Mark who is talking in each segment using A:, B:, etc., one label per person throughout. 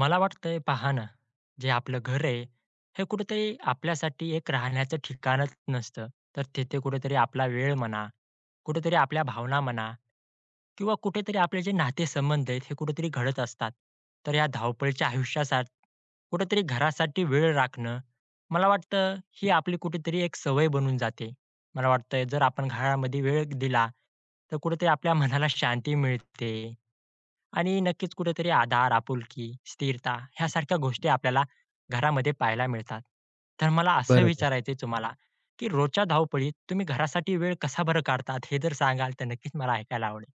A: मला वाटतंय पहा ना, जे आपलं घर आहे, हे कुठेतरी आपल्यासाठी एक राहण्याचं ठिकाणच नसतं. तर तिथे कुठेतरी आपला वेळ म्हणा, कुठेतरी आपल्या भावना म्हणा किंवा कुठेतरी आपले जे नातेसंबंध आहेत, हे कुठेतरी घडत असतात. तर या धावपळीच्या आयुष्यासात कुठेतरी घरासाठी वेळ राखणं, मला वाटतं ही आपली कुठेतरी एक सवय बनून जाते. मला वाटतंय जर आपण घरामध्ये वेळ दिला, तर कुठेतरी आपल्या मनाला शांती मिळते. आणि नक्कीच कुठेतरी आधार, आपुलकी, स्थिरता ह्यासारख्या गोष्टी आपल्याला घरामध्ये पाहायला मिळतात. तर मला असं
B: बरोबर.
A: विचारायचंय तुम्हाला, की रोजच्या धावपळीत तुम्ही घरासाठी वेळ कसा बरं काढतात? हे जर सांगाल तर नक्कीच मला ऐकायला आवडेल.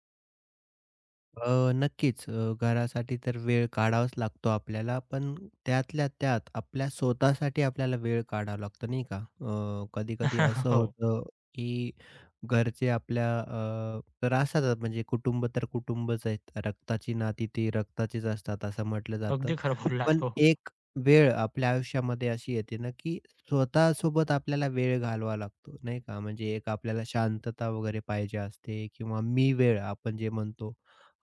B: नक्कीच घरासाठी तर वेळ काढावाच लागतो आपल्याला. पण त्यातल्या त्यात आपल्या स्वतःसाठी आपल्याला वेळ काढावा लागतो नाही का? कधी-कधी असं
A: हो.
B: होतं, की घरचे आपल्या तर असतातच म्हणजे कुटुंब तर कुटुंबच आहेत. रक्ताची नाती ती रक्ताचीच असतात असं म्हटलं जातं.
A: अगदी खरं बोललात.
B: पण
A: हो.
B: एक वेळ आपल्या आयुष्यामध्ये अशी येते ना, की स्वतःसोबत आपल्याला वेळ घालवावा लागतो, नाही का? म्हणजे एक आपल्याला शांतता वगैरे पाहिजे असते किंवा मी वेळ आपण जे म्हणतो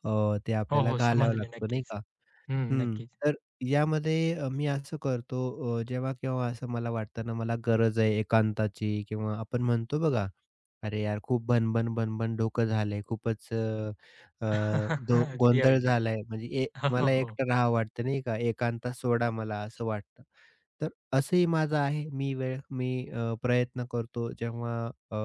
B: ते
A: हो,
B: आपल्याला
A: हो.
B: घालावं
A: समजले
B: लागतो, नाही
A: नक्कीच.
B: का?
A: हं,
B: हं.
A: नक्कीच.
B: तर यामध्ये मी असं करतो, जेव्हा-केव्हा असं मला वाटतं ना, मला गरज आहे एकांताची किंवा आपण म्हणतो बघा, "अरे यार, खूप भणभण डोकं झालंय, खूपच अ, अ, दो
A: अगदी,
B: गोंधळ
A: अगदी.
B: झालाय, म्हणजे ए
A: हो, हो,
B: मला
A: हो.
B: एकटं राहावं वाटतं नाही का, एकांतात सोडा मला," असं वाटतं. तर असंही माझं आहे. मी वेळ मी प्रयत्न करतो जेव्हा अ,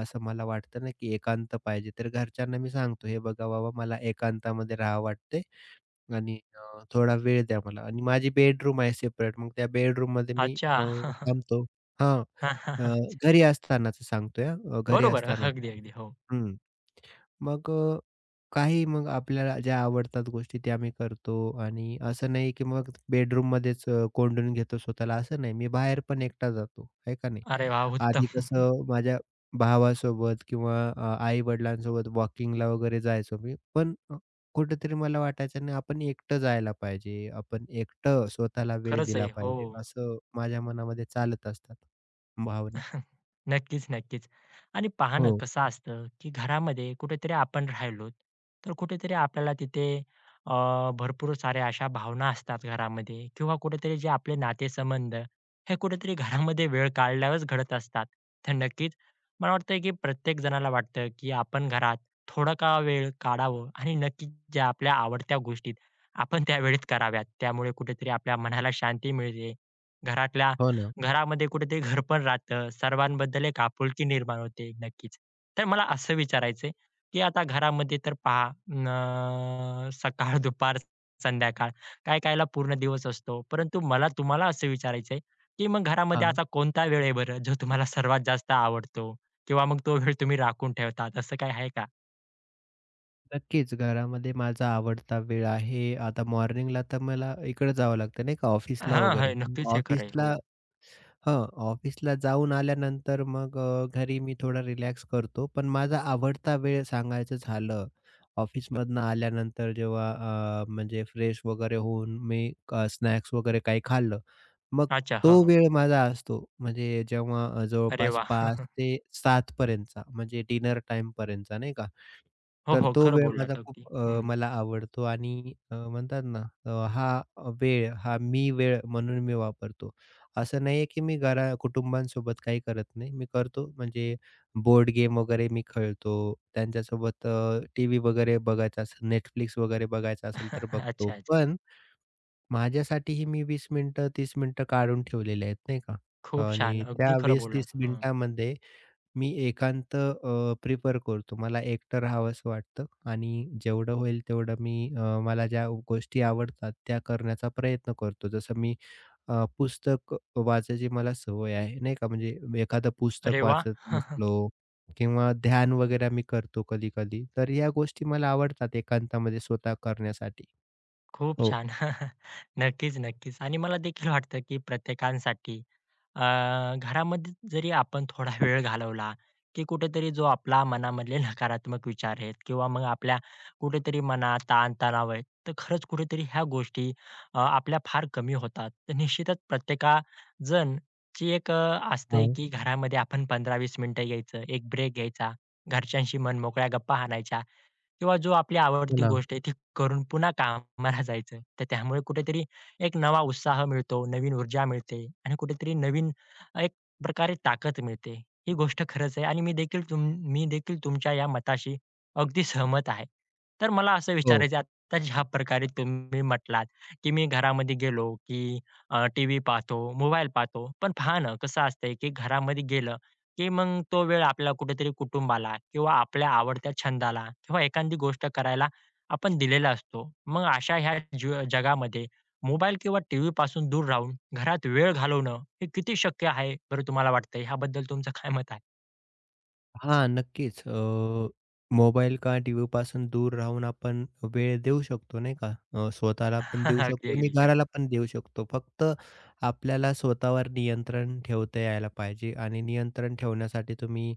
B: असं मला वाटतं ना, की एकांत पाहिजे, तर घरच्यांना मी सांगतो, "हे बघा बाबा, मला एकांतामध्ये राहावं वाटतंय. आणि थोडा वेळ द्या मला आणि माझी बेडरूम आहे सेपरेट. मग त्या बेडरूममध्ये मी
A: अच्छा.
B: थांबतो." हां. अ,
A: अच्छा.
B: घरी असतानाचं सांगतोय हां. घरी
A: बरोबर.
B: असताना.
A: अगदी, अगदी. हो.
B: हं. मग काही मग आपल्याला ज्या आवडतात गोष्टी त्या मी करतो आणि असं नाही की मग बेडरूममध्येच कोंडून घेतो स्वतःला असं नाही. मी बाहेर पण एकटा जातो, आहे का नाही?
A: अरे वाह! उत्तम.
B: आधी कसं माझ्या भावासोबत किंवा आई-वडिलांसोबत वॉकिंगला वगैरे जायचो मी. पण कुठेतरी मला वाटायचं नाही आपण एकटं जायला पाहिजे. आपण एकटं स्वतःला वेळ
A: खरंच
B: दिला
A: आहे. हो.
B: पाहिजे. असं माझ्या मनामध्ये चालत असतात भावना.
A: नक्कीच, नक्कीच. आणि पहा ना
B: हो,
A: कसं असतं, की घरामध्ये कुठेतरी आपण राहिलोत, तर कुठेतरी आपल्याला तिथे अ, भरपूर साऱ्या अशा भावना असतात घरामध्ये किंवा कुठेतरी जे आपले नातेसंबंध हे कुठेतरी घरामध्ये वेळ काढल्यावरच घडत असतात. तर नक्कीच मला वाटतं, की प्रत्येक जणाला वाटतं, की आपण घरात थोडा का वेळ काढावं आणि नक्कीच ज्या आपल्या आवडत्या गोष्टीत आपण त्यावेळेत कराव्यात. त्यामुळे कुठेतरी आपल्या मनाला शांती मिळते. घरातल्या
B: हो ना.
A: घरामध्ये कुठेतरी घर पण राहतं. सर्वांबद्दल एक आपुलकी निर्माण होते नक्कीच. तर मला असं विचारायचंय, की आता घरामध्ये तर पहा सकाळ, दुपार, संध्याकाळ काय कायला पूर्ण दिवस असतो. परंतु मला तुम्हाला असं विचारायचंय, की मग घरामध्ये
B: हां,
A: असा कोणता वेळ आहे बरं जो तुम्हाला सर्वात जास्त आवडतो? किंवा मग तो वेळ तुम्ही राखून ठेवतात असं काही आहे का?
B: नक्कीच घरामध्ये माझा आवडता वेळ आहे. आता मॉर्निंगला तर मला इकडे जावं लागतं नाही का ऑफिसला
A: हां, हां.
B: वगैरे.
A: नक्कीच हे खरं हो.
B: ऑफिसला हं, ऑफिसला जाऊन आल्यानंतर मग घरी मी थोडा रिलॅक्स करतो. पण माझा आवडता वेळ सांगायचं झालं, ऑफिसमधनं आल्यानंतर जेव्हा म्हणजे फ्रेश वगैरे होऊन मी स्नॅक्स वगैरे काही खाल्लं, मग
A: अच्छा.
B: तो
A: हां, हां.
B: वेळ माझा असतो. म्हणजे जेव्हा
A: अरे
B: जवळपास
A: वाह!
B: 5 ते 7 पर्यंतचा म्हणजे डिनर टाईमपर्यंतचा नाही का?
A: हो,
B: तर
A: हो.
B: तो
A: खरं
B: वेळ माझा
A: बोललात अगदी.
B: खूप
A: हं.
B: मला आवडतो आणि म्हणतात ना हा वेळ, हा मी वेळ म्हणून मी वापरतो. असं नाहीये की मी घरा कुटुंबांसोबत काही करत नाही. मी करतो म्हणजे बोर्ड गेम वगैरे मी खेळतो. त्यांच्यासोबत टीव्ही वगैरे बघायचा असेल, Netflix वगैरे बघायचा असेल तर बघतो.
A: अच्छा, अच्छा.
B: पण माझ्यासाठीही मी 20 मिनिटं, 30 मिनिटं काढून ठेवलेले आहेत नाही का.
A: खूप छान.
B: आणि त्या
A: अगदी खरं बोललात.
B: 20-30
A: हं.
B: मिनिटांमध्ये मी एकांत प्रिफर करतो. मला एकटं राहावसं वाटतं आणि जेवढं होईल तेवढं मी मला ज्या गोष्टी आवडतात त्या करण्याचा प्रयत्न करतो. जसं मी पुस्तक वाचायची मला सवय आहे, नाही का. म्हणजे एखादं
A: अरे
B: पुस्तक
A: वा,
B: वाचत बसलो किंवा ध्यान वगैरे मी करतो कधी-कधी. तर या गोष्टी मला आवडतात एकांतामध्ये स्वतः करण्यासाठी.
A: खूप
B: हो.
A: छान. नक्कीच, नक्कीच. आणि मला देखील वाटतं, की प्रत्येकासाठी अ, घरामध्ये जरी आपण थोडा वेळ घालवला, की कुठेतरी जो आपला मनामधले नकारात्मक विचार आहेत किंवा मग आपल्या कुठेतरी मनात ताण-तणाव आहे, तर खरंच कुठेतरी ह्या गोष्टी आपल्या फार कमी होतात. तर निश्चितच प्रत्येकाजण ची एक असतंय,
B: हां.
A: की घरामध्ये आपण 15-20 मिनिटं यायचं, एक ब्रेक घ्यायचा, घरच्यांशी मनमोकळ्या गप्पा हाणायच्या. किंवा जो आपली
B: हो
A: आवडती
B: ना.
A: गोष्ट आहे ती करून पुन्हा कामाला जायचं. तर त्यामुळे कुठेतरी एक नवा उत्साह मिळतो, नवीन ऊर्जा मिळते आणि कुठेतरी नवीन एक प्रकारे ताकद मिळते. ही गोष्ट खरंच आहे आणि मी देखील मी देखील तुमच्या या मताशी अगदी सहमत आहे. तर मला असं
B: हो.
A: विचारायचं आहे आता ज्या प्रकारे तुम्ही म्हटलात, की मी घरामध्ये गेलो, की टीव्ही पाहतो, मोबाईल पाहतो. पण पहा ना कसं असतंय, की घरामध्ये गेलं की मग तो वेळ आपल्याला कुठेतरी कुटुंबाला किंवा आपल्या आवडत्या छंदाला किंवा एखादी गोष्ट करायला आपण दिलेला असतो. मग अशा ह्या जगामध्ये मोबाईल किंवा टीव्ही पासून दूर राहून घरात वेळ घालवणं हे किती शक्य आहे बरं तुम्हाला वाटतंय? ह्याबद्दल तुमचं काय मत आहे?
B: हां, नक्कीच. मोबाईल किंवा टीव्हीपासून दूर राहून आपण वेळ देऊ शकतो नाही का? स्वतःला पण देऊ
A: अगदी,
B: शकतो आणि
A: अगदी खरं
B: घराला पण देऊ शकतो. फक्त आपल्याला स्वतःवर नियंत्रण ठेवता यायला पाहिजे आणि नियंत्रण ठेवण्यासाठी तुम्ही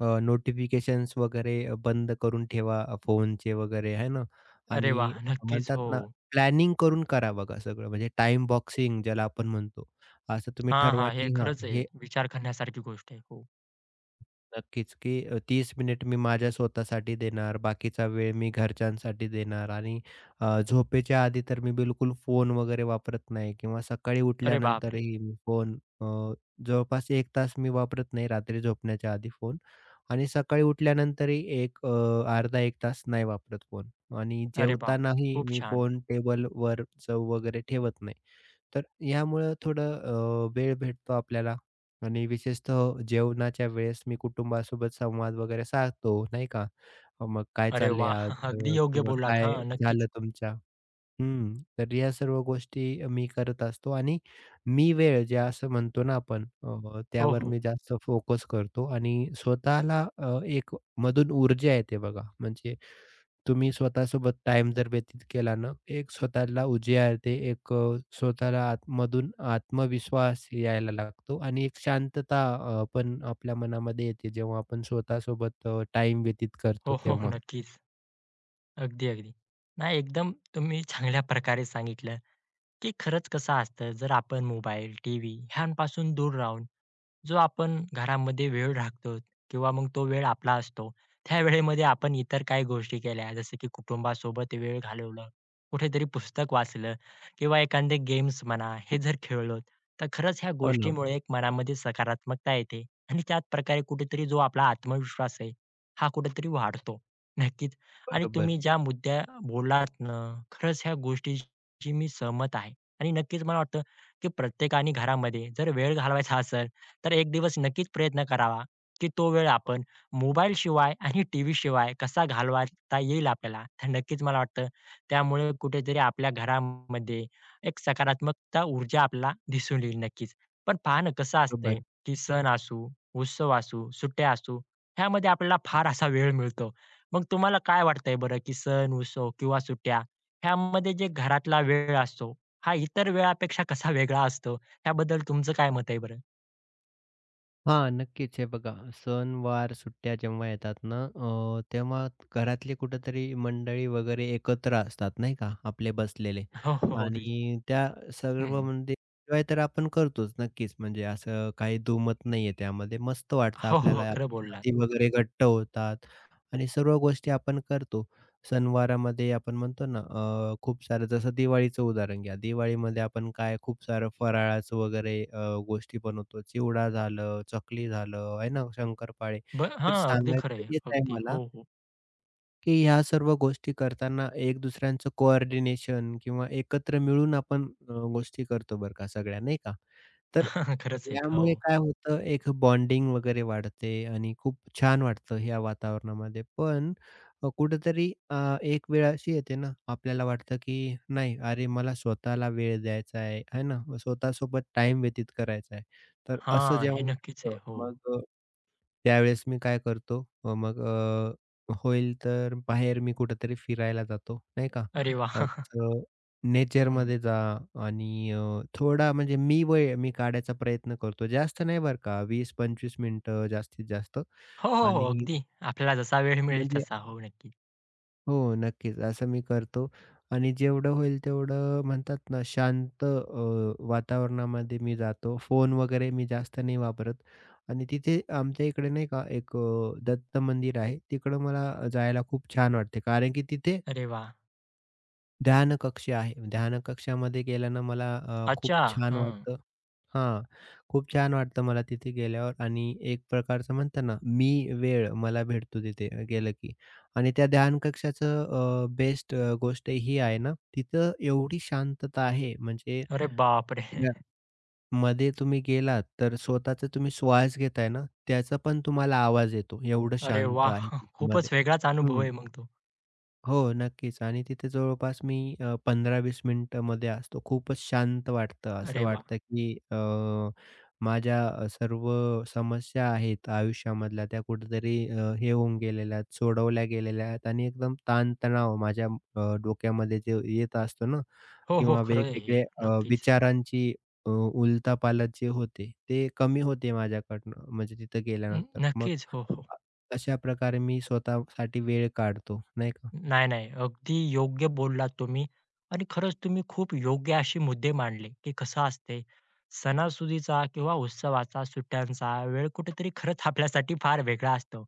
B: नोटिफिकेशन्स वगैरे बंद करून ठेवा, फोनचे वगैरे आहे ना?
A: अरे
B: आणि
A: वाह! नक्कीच.
B: म्हणतात
A: हो.
B: ना प्लॅनिंग करून करा बघा सगळं म्हणजे टाईम बॉक्सिंग ज्याला आपण म्हणतो. असं तुम्ही
A: हां, हां.
B: ठरवा,
A: हे
B: की हां,
A: खरंच आहे.
B: हे
A: विचार करण्यासारखी गोष्ट आहे. हो.
B: नक्कीच, की 30 मिनिट मी माझ्या स्वतःसाठी देणार, बाकीचा वेळ मी घरच्यांसाठी देणार आणि झोपेच्या आधी तर मी बिलकुल फोन वगैरे वापरत नाही किंवा सकाळी
A: अरे बापरे!
B: उठल्यानंतरही मी फोन अ, जवळपास 1 तास मी वापरत नाही रात्री झोपण्याच्या आधी फोन. आणि सकाळी उठल्यानंतरही एक अर्धा 1 तास नाही वापरत फोन आणि
A: अरे वाह!
B: जेवतानाही
A: खूप
B: मी
A: छान.
B: फोन टेबलवर चव वगैरे ठेवत नाही. तर ह्यामुळं थोडं वेळ भेटतो आपल्याला आणि विशेषतः जेवणाच्या वेळेस मी कुटुंबासोबत संवाद वगैरे साधतो, नाही का? मग काय
A: अरे
B: चाललंय
A: वाह!
B: आज?
A: अगदी योग्य
B: किंवा
A: बोललात.
B: काय
A: हां,
B: झालं
A: नक्कीच.
B: तुमच्या? हं, तर या सर्व गोष्टी मी करत असतो आणि मी वेळ जे असं म्हणतो ना आपण,
A: हो,
B: त्यावर
A: हो.
B: मी जास्त फोकस करतो आणि स्वतःला एक मधून ऊर्जा येते बघा. म्हणजे तुम्ही स्वतःसोबत टाइम जर व्यतीत केला ना, एक स्वतःला उजियार येते, एक स्वतःला आतमधून आत्मविश्वास यायला लागतो आणि एक शांतता पण आपल्या मनामध्ये येते, जेव्हा आपण स्वतःसोबत व्यतीत करतो
A: हो, हो.
B: तेव्हा.
A: नक्कीच. अगदी, अगदी. नाही एकदम तुम्ही चांगल्या प्रकारे सांगितलं, की खरंच कसं असतं जर आपण मोबाईल, टीव्ही ह्यांपासून दूर राहून जो आपण घरामध्ये वेळ राखतो किंवा मग तो वेळ आपला असतो. त्या वेळेमध्ये आपण इतर काही गोष्टी केल्या जसं की कुटुंबासोबत वेळ घालवलं, कुठेतरी पुस्तक वाचलं किंवा एखादे गेम्स म्हणा हे जर खेळलो तर खरंच ह्या
B: हो ना.
A: गोष्टीमुळे एक मनामध्ये सकारात्मकता येते आणि त्याच प्रकारे कुठेतरी जो आपला आत्मविश्वास आहे हा कुठेतरी वाढतो. नक्कीच आणि
B: बरोबर,
A: तुम्ही ज्या मुद्द्या बोललात ना खरंच ह्या गोष्टीशी मी सहमत आहे आणि नक्कीच मला वाटतं की प्रत्येकाने घरामध्ये जर वेळ घालवायचा असेल तर एक दिवस नक्कीच प्रयत्न करावा, की तो वेळ आपण मोबाईलशिवाय आणि टीव्हीशिवाय कसा घालवता येईल आपल्याला. तर नक्कीच मला वाटतं त्यामुळे कुठेतरी आपल्या घरामध्ये एक सकारात्मकता ऊर्जा आपल्याला दिसून येईल नक्कीच. पण पहा ना कसं असतंय,
B: बरोबर.
A: की सण असू, उत्सव असू, सुट्ट्या असू, ह्यामध्ये आपल्याला फार असा वेळ मिळतो. मग तुम्हाला काय वाटतंय बरं, की सण, उत्सव किंवा सुट्ट्या ह्यामध्ये जे घरातला वेळ असतो, हा इतर वेळापेक्षा कसा वेगळा असतो? ह्याबद्दल तुमचं काय मत आहे बरं?
B: हां, नक्कीच. हे बघा सण-वार, सुट्ट्या जेव्हा येतात ना, तेव्हा घरातली कुठेतरी मंडळी वगैरे एकत्र असतात नाही का, आपले बसलेले
A: हो, हो. हो, अगदी.
B: आणि त्या
A: हं,
B: सर्व
A: हं.
B: म्हणजे एन्जॉय तर आपण करतोच नक्कीच. म्हणजे असं काही दुमत नाहीये त्यामध्ये. मस्त वाटतं
A: हो, हो.
B: आपल्याला.
A: खरं
B: आपली
A: बोललात.
B: नाती वगैरे घट्ट होतात आणि सर्व गोष्टी आपण करतो. सणवारामध्ये आपण म्हणतो ना खूप सारं जसं दिवाळीचं उदाहरण घ्या. दिवाळीमध्ये आपण काय खूप सारं फराळाचं वगैरे गोष्टी बनवतो. चिवडा झालं, चकली झालं, आहे ना, शंकरपाळे. तर
A: हां, अगदी खरं
B: सांगायचं
A: आहे.
B: हेच आहे
A: अगदी.
B: मला
A: हो, हो.
B: की ह्या सर्व गोष्टी करताना एक दुसऱ्यांचं कोऑर्डिनेशन किंवा एकत्र मिळून आपण गोष्टी करतो बरं का सगळ्या, नाही का? तर
A: खरंच आहे. हो.
B: यामुळे काय होतं एक बॉन्डिंग वगैरे वाढते आणि खूप छान वाटतं ह्या वातावरणामध्ये. पण अ, कुठेतरी अ, एक वेळ अशी येते ना, आपल्याला वाटतं की नाही अरे मला स्वतःला वेळ द्यायचा आहे, आहे ना? स्वतःसोबत टाईम व्यतीत करायचा आहे. तर असं
A: हां, हे
B: जेव्हा
A: नक्कीच आहे.
B: वाटतं
A: हो.
B: मग त्यावेळेस मी काय करतो, होईल तर बाहेर मी कुठेतरी फिरायला जातो, नाही का.
A: अरे वाह!
B: असं
A: हं.
B: नेचरमध्ये जा आणि थोडा म्हणजे मी वेळ मी काढायचा प्रयत्न करतो. जास्त नाही बरं का, 20-25 मिनिटं जास्तीत जास्त
A: हो, हो, हो.
B: आणि
A: अगदी. आपल्याला जसा वेळ मिळेल
B: म्हणजे
A: तसा. हो, नक्की.
B: हो, नक्कीच. असं मी करतो आणि जेवढं होईल तेवढं म्हणतात ना शांत वातावरणामध्ये मी जातो. फोन वगैरे मी जास्त नाही वापरत आणि तिथे आमच्या इकडे नाही का एक दत्त मंदिर आहे. तिकडं मला जायला खूप छान वाटते कारण की तिथे
A: अरे वाह!
B: ध्यान कक्ष आहे. ध्यान कक्षामध्ये गेल्यानं मला खूप
A: अच्छा.
B: छान
A: हं.
B: वाटतं. हां, खूप छान वाटतं मला तिथे गेल्यावर आणि एक प्रकारचं म्हणतात ना, मी वेळ मला भेटतो तिथे गेलं की. आणि त्या ध्यान कक्षाचं बेस्ट गोष्ट ही आहे ना, तिथं एवढी शांतता आहे म्हणजे
A: अरे बापरे!
B: त्या मध्ये तुम्ही गेलात तर स्वतःचा तुम्ही श्वास घेताय ना, त्याचा पण तुम्हाला आवाज येतो. एवढं
A: अरे
B: शांत
A: वाह!
B: आहे तिथमध्ये.
A: खूपच वेगळाच अनुभव
B: हं.
A: आहे मग तो.
B: हो, नक्कीच. आणि तिथे जवळपास मी 15-20 मिनिटामध्ये असतो. खूपच शांत वाटतं. असं
A: अरे वाह!
B: वाटतं, की माझ्या सर्व समस्या आहेत आयुष्यामधल्या त्या कुठेतरी हे होऊन गेलेल्या आहेत, सोडवल्या गेलेल्या आहेत आणि एकदम ताणतणाव माझ्या डोक्यामध्ये जे येत असतो ना
A: हो, हो.
B: किंवा
A: खरं आहे हे.
B: वेगवेगळे
A: नक्कीच.
B: विचारांची उलथापालथ जे होते, ते कमी होते माझ्याकडनं म्हणजे तिथं गेल्यानंतर. मग
A: नक्कीच. हो, हो.
B: अ, अशा प्रकारे मी स्वतःसाठी वेळ काढतो, नाही का?
A: नाही, नाही. अगदी योग्य बोललात तुम्ही आणि खरंच तुम्ही खूप योग्य असे मुद्दे मांडले, की कसं असते सणासुदीचा किंवा उत्सवाचा, सुट्ट्यांचा वेळ कुठेतरी खरंच आपल्यासाठी फार वेगळा असतो.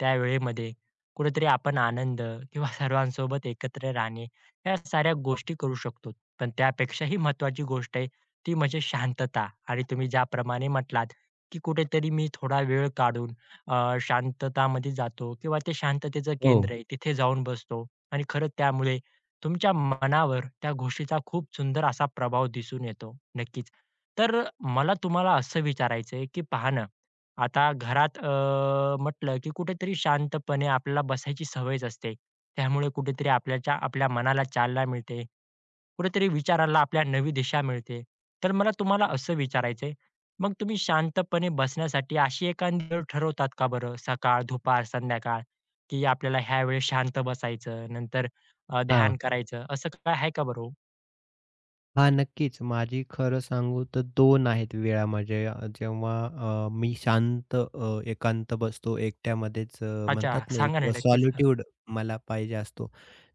A: त्या वेळेमध्ये कुठेतरी आपण आनंद किंवा सर्वांसोबत एकत्र राहणे, ह्या साऱ्या गोष्टी करू शकतो. पण त्यापेक्षाही महत्त्वाची गोष्ट आहे ती म्हणजे शांतता आणि तुम्ही ज्याप्रमाणे म्हटलात, की कुठेतरी मी थोडा वेळ काढून शांततामध्ये जातो किंवा ते शांततेचं
B: हो.
A: केंद्र आहे तिथे जाऊन बसतो आणि खरंच त्यामुळे तुमच्या मनावर त्या गोष्टीचा खूप सुंदर असा प्रभाव दिसून येतो. नक्कीच. तर मला तुम्हाला असं विचारायचं आहे, की पहा ना, आता घरात म्हटलं की कुठेतरी शांतपणे आपल्याला बसायची सवयच असते. त्यामुळे कुठेतरी आपल्याच्या आपल्या मनाला चालना मिळते. कुठेतरी विचाराला आपल्या नवी दिशा मिळते. तर मला तुम्हाला असं विचारायचं मग तुम्ही शांतपणे बसण्यासाठी अशी एखादी वेळ ठरवतात का बरं? सकाळ, दुपार, संध्याकाळ, की आपल्याला ह्या वेळेस शांत बसायचं, नंतर ध्यान
B: हां.
A: करायचं, असं काय आहे का बरं हो?
B: हां, नक्कीच. माझी खरं सांगू तर 2 आहेत वेळा म्हणजे मी शांत एकांत बसतो एकट्यामध्येच,
A: अच्छा,
B: म्हणतात ना,
A: सांगा
B: एक
A: ना नक्कीच. हां.
B: सॉलिट्यूड मला पाहिजे असतो.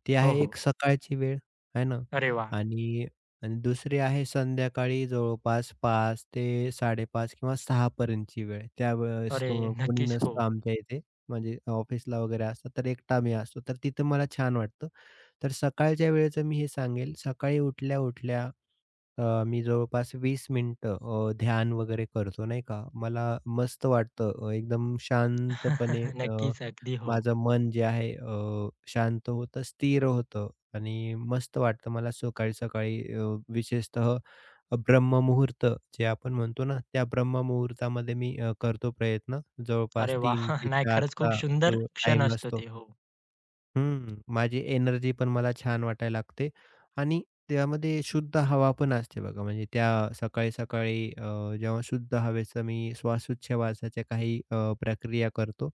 B: ती
A: हो,
B: आहे
A: हो.
B: एक सकाळची वेळ आहे ना.
A: अरे वा,
B: आणि आणि दुसरी आहे संध्याकाळी जवळपास 5 ते 5:30 किंवा 6 पर्यंतची वेळ. त्यावेळेस
A: अरे
B: कोणी
A: नक्कीच, हो.
B: नसतं आमच्या इथे म्हणजे ऑफिसला वगैरे असतं, तर एकटा मी असतो. तर तिथं मला छान वाटतं. तर सकाळच्या वेळेचं मी हे सांगेल, सकाळी उठल्या-उठल्या मी जवळपास 20 मिनिटं ध्यान वगैरे करतो नाही का. मला मस्त वाटतं एकदम शांतपणे, अ,
A: नक्कीच, अगदी हो.
B: माझं मन जे आहे शांत होतं, स्थिर होतं आणि मस्त वाटतं मला सकाळी-सकाळी, विशेषतः ब्रह्ममुहूर्त जे आपण म्हणतो ना, त्या ब्रह्ममुहूर्तामध्ये मी करतो प्रयत्न. जवळपास
A: अरे वा,
B: 3 ते
A: नाही
B: 4
A: खरंच खूप सुंदर
B: जो
A: क्षण
B: टाईम
A: असतो
B: असतो.
A: ते. हो.
B: हं, माझी एनर्जी पण मला छान वाटायला लागते आणि त्यामध्ये शुद्ध हवा पण असते बघा. म्हणजे त्या सकाळी-सकाळी, जेव्हा शुद्ध हवेचं मी श्वासोच्छवासाच्या काही प्रक्रिया करतो.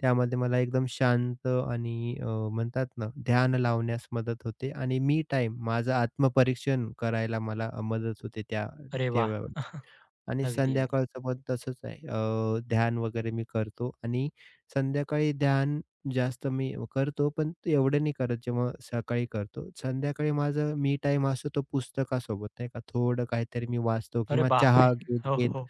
B: त्यामध्ये मला एकदम शांत आणि, म्हणतात ना, ध्यान लावण्यास मदत होते आणि मी टाईम माझं आत्मपरीक्षण करायला मला मदत होते त्या
A: अरे
B: त्या
A: वाह!
B: वेळेस. आणि
A: अगदी, अगदी.
B: संध्याकाळचं पण तसंच आहे. ध्यान वगैरे मी करतो आणि संध्याकाळी ध्यान जास्त मी करतो, पण एवढं नाही करत जेव्हा सकाळी करतो. संध्याकाळी माझा मी टाईम असतो तो पुस्तकासोबत नाही का. थोडं काहीतरी मी वाचतो
A: अरे
B: किंवा
A: बापरे!
B: चहा
A: हो,
B: घेत-घेत,
A: हो.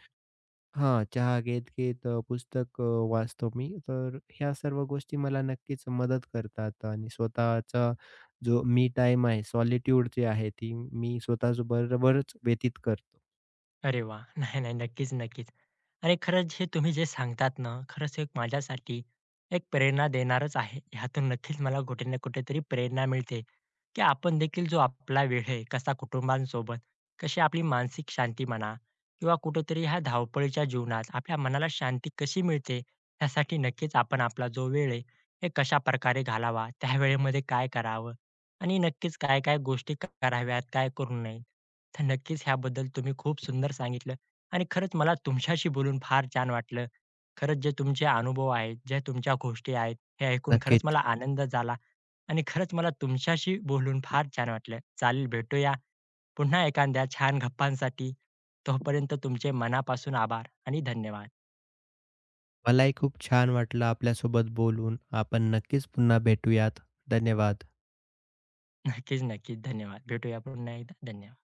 B: हां, चहा घेत-घेत, वाचतो मी. तर ह्या सर्व गोष्टी मला नक्कीच मदत करतात आणि स्वतःचा जो मी टाईम आहे, सॉलिट्यूड जी आहे ती मी स्वतः बरोबरच व्यतीत करतो.
A: अरे वा, नाही, नाही. नक्कीच, नक्कीच. आणि खरंच हे तुम्ही जे सांगतात ना, खरंच एक माझ्यासाठी एक प्रेरणा देणारच आहे. ह्यातून नक्कीच मला कुठे ना कुठेतरी प्रेरणा मिळते, की आपण देखील जो आपला वेळ आहे कसा कुटुंबांसोबत, कशी आपली मानसिक शांती म्हणा किंवा कुठेतरी ह्या धावपळीच्या जीवनात आपल्या मनाला शांती कशी मिळते, यासाठी नक्कीच आपण आपला जो वेळ आहे, हे कशाप्रकारे घालावा, त्या वेळेमध्ये काय करावं आणि नक्कीच काय-काय गोष्टी कराव्यात, काय करू नये. तर नक्कीच ह्याबद्दल तुम्ही खूप सुंदर सांगितलं आणि खरंच मला तुमच्याशी बोलून फार छान वाटलं. खरंच जे तुमचे अनुभव आहेत, ज्या तुमच्या गोष्टी आहेत, हे ऐकून खरंच
B: नक्कीच.
A: मला आनंद झाला आणि खरंच मला तुमच्याशी बोलून फार छान वाटलं. चालेल, भेटूया पुन्हा एखाद्या छान गप्पांसाठी. तोपर्यंत तुमचे मनापासून आभार आणि धन्यवाद.
B: मलाही खूप छान वाटलं आपल्यासोबत बोलून. आपण नक्कीच पुन्हा भेटूयात. धन्यवाद.
A: नक्कीच, नक्कीच. धन्यवाद. भेटूया पुन्हा एकदा. धन्यवाद.